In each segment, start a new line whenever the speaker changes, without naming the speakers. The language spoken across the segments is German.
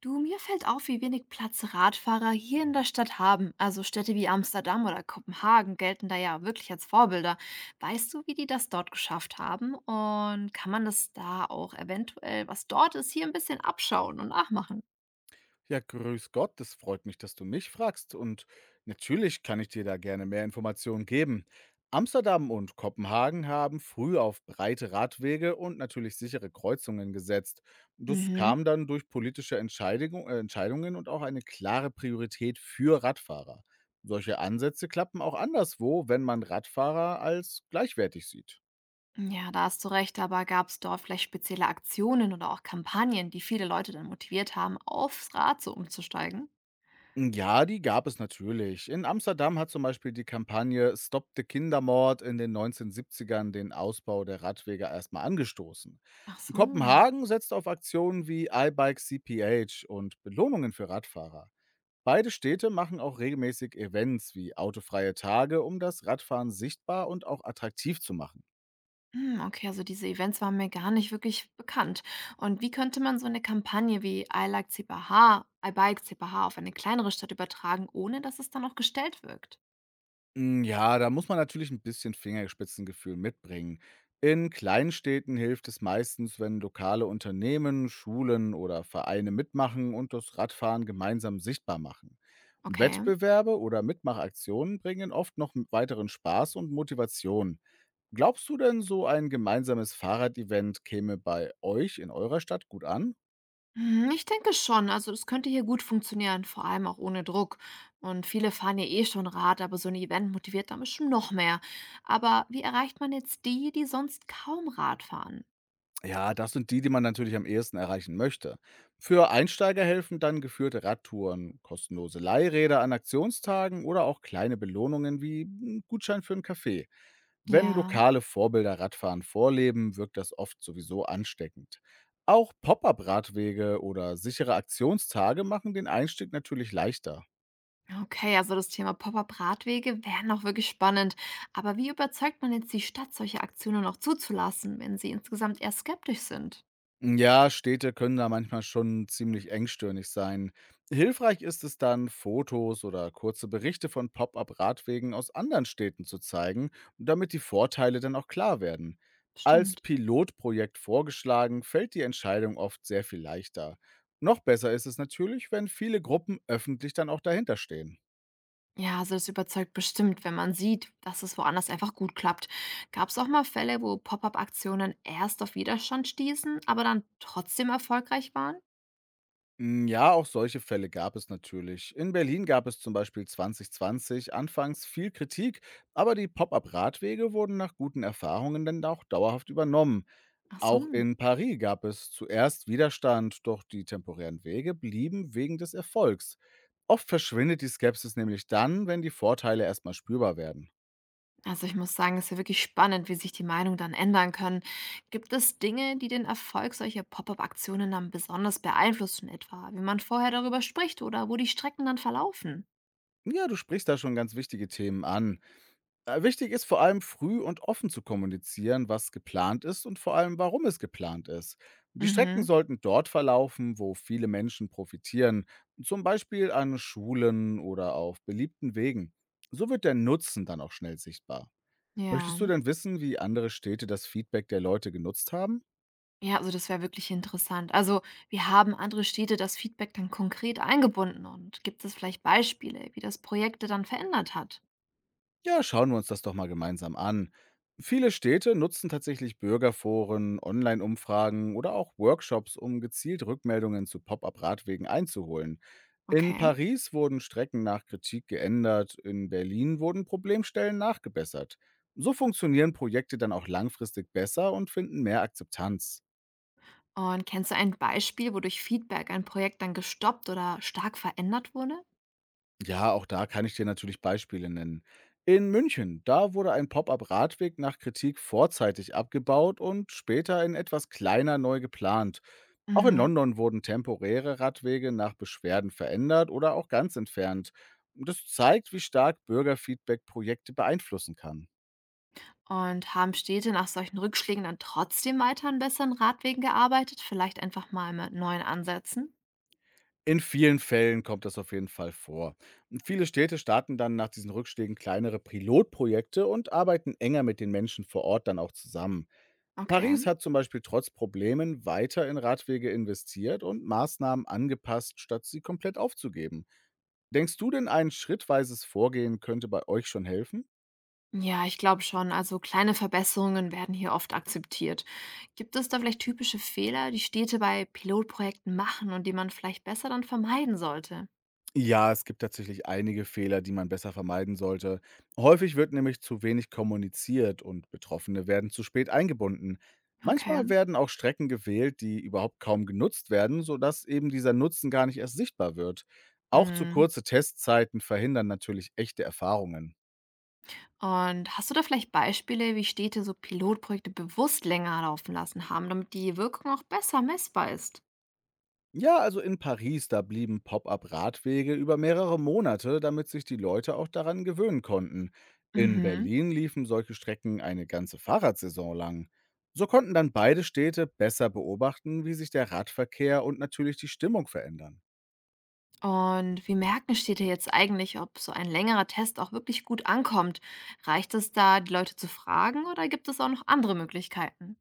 Du, mir fällt auf, wie wenig Platz Radfahrer hier in der Stadt haben. Also Städte wie Amsterdam oder Kopenhagen gelten da ja wirklich als Vorbilder. Weißt du, wie die das dort geschafft haben? Und kann man das da auch eventuell, was dort ist, hier ein bisschen abschauen und nachmachen?
Ja, grüß Gott, es freut mich, dass du mich fragst und natürlich kann ich dir da gerne mehr Informationen geben. Amsterdam und Kopenhagen haben früh auf breite Radwege und natürlich sichere Kreuzungen gesetzt. Das
Mhm.
kam dann durch politische Entscheidungen und auch eine klare Priorität für Radfahrer. Solche Ansätze klappen auch anderswo, wenn man Radfahrer als gleichwertig sieht.
Ja, da hast du recht, aber gab es dort vielleicht spezielle Aktionen oder auch Kampagnen, die viele Leute dann motiviert haben, aufs Rad so umzusteigen?
Hm, ja, die gab es natürlich. In Amsterdam hat zum Beispiel die Kampagne Stop the Kindermord in den 1970ern den Ausbau der Radwege erstmal angestoßen.
Ach so.
Kopenhagen setzt auf Aktionen wie iBike CPH und Belohnungen für Radfahrer. Beide Städte machen auch regelmäßig Events wie autofreie Tage, um das Radfahren sichtbar und auch attraktiv zu machen.
Hm, okay, also diese Events waren mir gar nicht wirklich bekannt. Und wie könnte man so eine Kampagne wie I like CPH, I bike CPH auf eine kleinere Stadt übertragen, ohne dass es dann auch gestellt wirkt?
Hm, ja, da muss man natürlich ein bisschen Fingerspitzengefühl mitbringen. In Kleinstädten hilft es meistens, wenn lokale Unternehmen, Schulen oder Vereine mitmachen und das Radfahren gemeinsam sichtbar machen.
Okay.
Wettbewerbe oder Mitmachaktionen bringen oft noch m weiteren Spaß und Motivation. Glaubst du denn, so ein gemeinsames Fahrrad-Event käme bei euch in eurer Stadt gut an?
Hm, ich denke schon. Also das könnte hier gut funktionieren, vor allem auch ohne Druck. Und viele fahren ja eh schon Rad, aber so ein Event motiviert dann bestimmt noch mehr. Aber wie erreicht man jetzt die, die sonst kaum Rad fahren?
Ja, das sind die, die man natürlich am ehesten erreichen möchte. Für Einsteiger helfen dann geführte Radtouren, kostenlose Leihräder an Aktionstagen oder auch kleine Belohnungen wie ein Gutschein für einen Kaffee. Wenn
Ja.
lokale Vorbilder Radfahren vorleben, wirkt das oft sowieso ansteckend. Auch Pop-up-Radwege oder sichere Aktionstage machen den Einstieg natürlich leichter.
Okay, also das Thema Pop-up-Radwege wäre noch wirklich spannend. Aber wie überzeugt man jetzt die Stadt, solche Aktionen auch zuzulassen, wenn sie insgesamt eher skeptisch sind?
Ja, Städte können da manchmal schon ziemlich engstirnig sein. Hilfreich ist es dann, Fotos oder kurze Berichte von Pop-up-Radwegen aus anderen Städten zu zeigen, damit die Vorteile dann auch klar werden. Als
Stimmt.
Pilotprojekt vorgeschlagen, fällt die Entscheidung oft sehr viel leichter. Noch besser ist es natürlich, wenn viele Gruppen öffentlich dann auch dahinter stehen.
Ja, also das überzeugt bestimmt, wenn man sieht, dass es woanders einfach gut klappt. Gab es auch mal Fälle, wo Pop-up-Aktionen erst auf Widerstand stießen, aber dann trotzdem erfolgreich waren?
Hm, ja, auch solche Fälle gab es natürlich. In Berlin gab es zum Beispiel 2020 anfangs viel Kritik, aber die Pop-up-Radwege wurden nach guten Erfahrungen dann auch dauerhaft übernommen.
Ach
Auch
so.
in Paris gab es zuerst Widerstand, doch die temporären Wege blieben wegen des Erfolgs. Oft verschwindet die Skepsis nämlich dann, wenn die Vorteile erstmal spürbar werden.
Also ich muss sagen, es ist ja wirklich spannend, wie sich die Meinung dann ändern können. Gibt es Dinge, die den Erfolg solcher Pop-up-Aktionen dann besonders beeinflussen, etwa wie man vorher darüber spricht oder wo die Strecken dann verlaufen?
Ja, du sprichst da schon ganz wichtige Themen an. Wichtig ist vor allem früh und offen zu kommunizieren, was geplant ist und vor allem, warum es geplant ist. Die Strecken
Mhm,
sollten dort verlaufen, wo viele Menschen profitieren, zum Beispiel an Schulen oder auf beliebten Wegen. So wird der Nutzen dann auch schnell sichtbar.
ja.
Möchtest du denn wissen, wie andere Städte das Feedback der Leute genutzt haben?
Ja, also das wäre wirklich interessant. Also, wie haben andere Städte das Feedback dann konkret eingebunden und gibt es vielleicht Beispiele, wie das Projekte dann verändert hat?
Ja, schauen wir uns das doch mal gemeinsam an. Viele Städte nutzen tatsächlich Bürgerforen, Online-Umfragen oder auch Workshops, um gezielt Rückmeldungen zu Pop-up-Radwegen einzuholen. In
Okay.
Paris wurden Strecken nach Kritik geändert, in Berlin wurden Problemstellen nachgebessert. So funktionieren Projekte dann auch langfristig besser und finden mehr Akzeptanz.
Und kennst du ein Beispiel, wodurch Feedback ein Projekt dann gestoppt oder stark verändert wurde?
Ja, auch da kann ich dir natürlich Beispiele nennen. In München, da wurde ein Pop-up-Radweg nach Kritik vorzeitig abgebaut und später in etwas kleiner neu geplant. Auch in
Mhm.
London wurden temporäre Radwege nach Beschwerden verändert oder auch ganz entfernt. Das zeigt, wie stark Bürgerfeedback Projekte beeinflussen kann.
Und haben Städte nach solchen Rückschlägen dann trotzdem weiter an besseren Radwegen gearbeitet? Vielleicht einfach mal mit neuen Ansätzen?
In vielen Fällen kommt das auf jeden Fall vor. Und viele Städte starten dann nach diesen Rückschlägen kleinere Pilotprojekte und arbeiten enger mit den Menschen vor Ort dann auch zusammen.
Okay.
Paris hat zum Beispiel trotz Problemen weiter in Radwege investiert und Maßnahmen angepasst, statt sie komplett aufzugeben. Denkst du denn, ein schrittweises Vorgehen könnte bei euch schon helfen?
Ja, ich glaube schon. Also kleine Verbesserungen werden hier oft akzeptiert. Gibt es da vielleicht typische Fehler, die Städte bei Pilotprojekten machen und die man vielleicht besser dann vermeiden sollte?
Ja, es gibt tatsächlich einige Fehler, die man besser vermeiden sollte. Häufig wird nämlich zu wenig kommuniziert und Betroffene werden zu spät eingebunden. Manchmal
Okay.
werden auch Strecken gewählt, die überhaupt kaum genutzt werden, sodass eben dieser Nutzen gar nicht erst sichtbar wird. Auch zu
Hm.
kurze Testzeiten verhindern natürlich echte Erfahrungen.
Und hast du da vielleicht Beispiele, wie Städte so Pilotprojekte bewusst länger laufen lassen haben, damit die Wirkung auch besser messbar ist?
Ja, also in Paris, da blieben Pop-up-Radwege über mehrere Monate, damit sich die Leute auch daran gewöhnen konnten. In
Mhm.
Berlin liefen solche Strecken eine ganze Fahrradsaison lang. So konnten dann beide Städte besser beobachten, wie sich der Radverkehr und natürlich die Stimmung verändern.
Und wie merken steht ja jetzt eigentlich, ob so ein längerer Test auch wirklich gut ankommt? Reicht es da, die Leute zu fragen oder gibt es auch noch andere Möglichkeiten?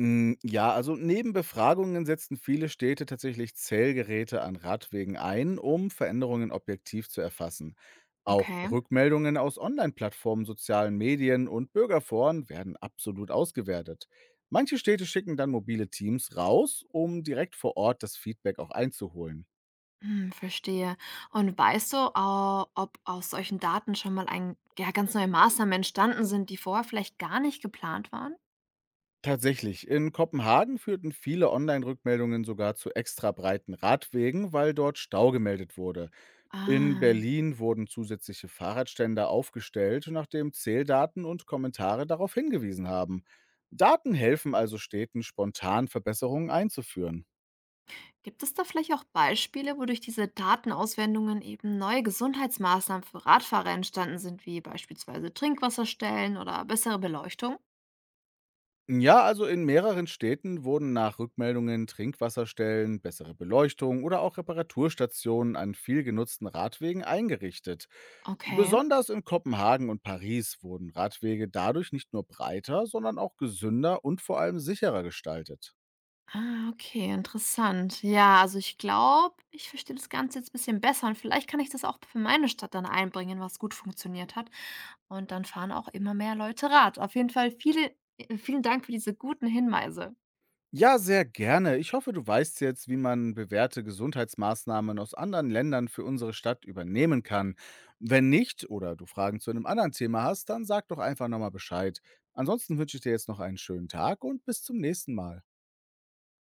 Hm, ja, also neben Befragungen setzten viele Städte tatsächlich Zählgeräte an Radwegen ein, um Veränderungen objektiv zu erfassen. Auch
Okay,
Rückmeldungen aus Online-Plattformen, sozialen Medien und Bürgerforen werden absolut ausgewertet. Manche Städte schicken dann mobile Teams raus, um direkt vor Ort das Feedback auch einzuholen.
hm, verstehe. Und weißt du, ob aus solchen Daten schon mal ein, ja, ganz neue Maßnahmen entstanden sind, die vorher vielleicht gar nicht geplant waren?
Tatsächlich, in Kopenhagen führten viele Online-Rückmeldungen sogar zu extra breiten Radwegen, weil dort Stau gemeldet wurde. In
Ah,
Berlin wurden zusätzliche Fahrradständer aufgestellt, nachdem Zähldaten und Kommentare darauf hingewiesen haben. Daten helfen also Städten, spontan Verbesserungen einzuführen.
gibt es da vielleicht auch Beispiele, wodurch diese Datenauswendungen eben neue Gesundheitsmaßnahmen für Radfahrer entstanden sind, wie beispielsweise Trinkwasserstellen oder bessere Beleuchtung?
Ja, also in mehreren Städten wurden nach Rückmeldungen Trinkwasserstellen, bessere Beleuchtung oder auch Reparaturstationen an viel genutzten Radwegen eingerichtet.
Okay.
Besonders in Kopenhagen und Paris wurden Radwege dadurch nicht nur breiter, sondern auch gesünder und vor allem sicherer gestaltet.
Ah, okay, interessant. Ja, also ich glaube, ich verstehe das Ganze jetzt ein bisschen besser und vielleicht kann ich das auch für meine Stadt dann einbringen, was gut funktioniert hat. Und dann fahren auch immer mehr Leute Rad. Auf jeden Fall viele, vielen Dank für diese guten Hinweise.
Ja, sehr gerne. Ich hoffe, du weißt jetzt, wie man bewährte Gesundheitsmaßnahmen aus anderen Ländern für unsere Stadt übernehmen kann. Wenn nicht oder du Fragen zu einem anderen Thema hast, dann sag doch einfach nochmal Bescheid. Ansonsten wünsche ich dir jetzt noch einen schönen Tag und bis zum nächsten Mal.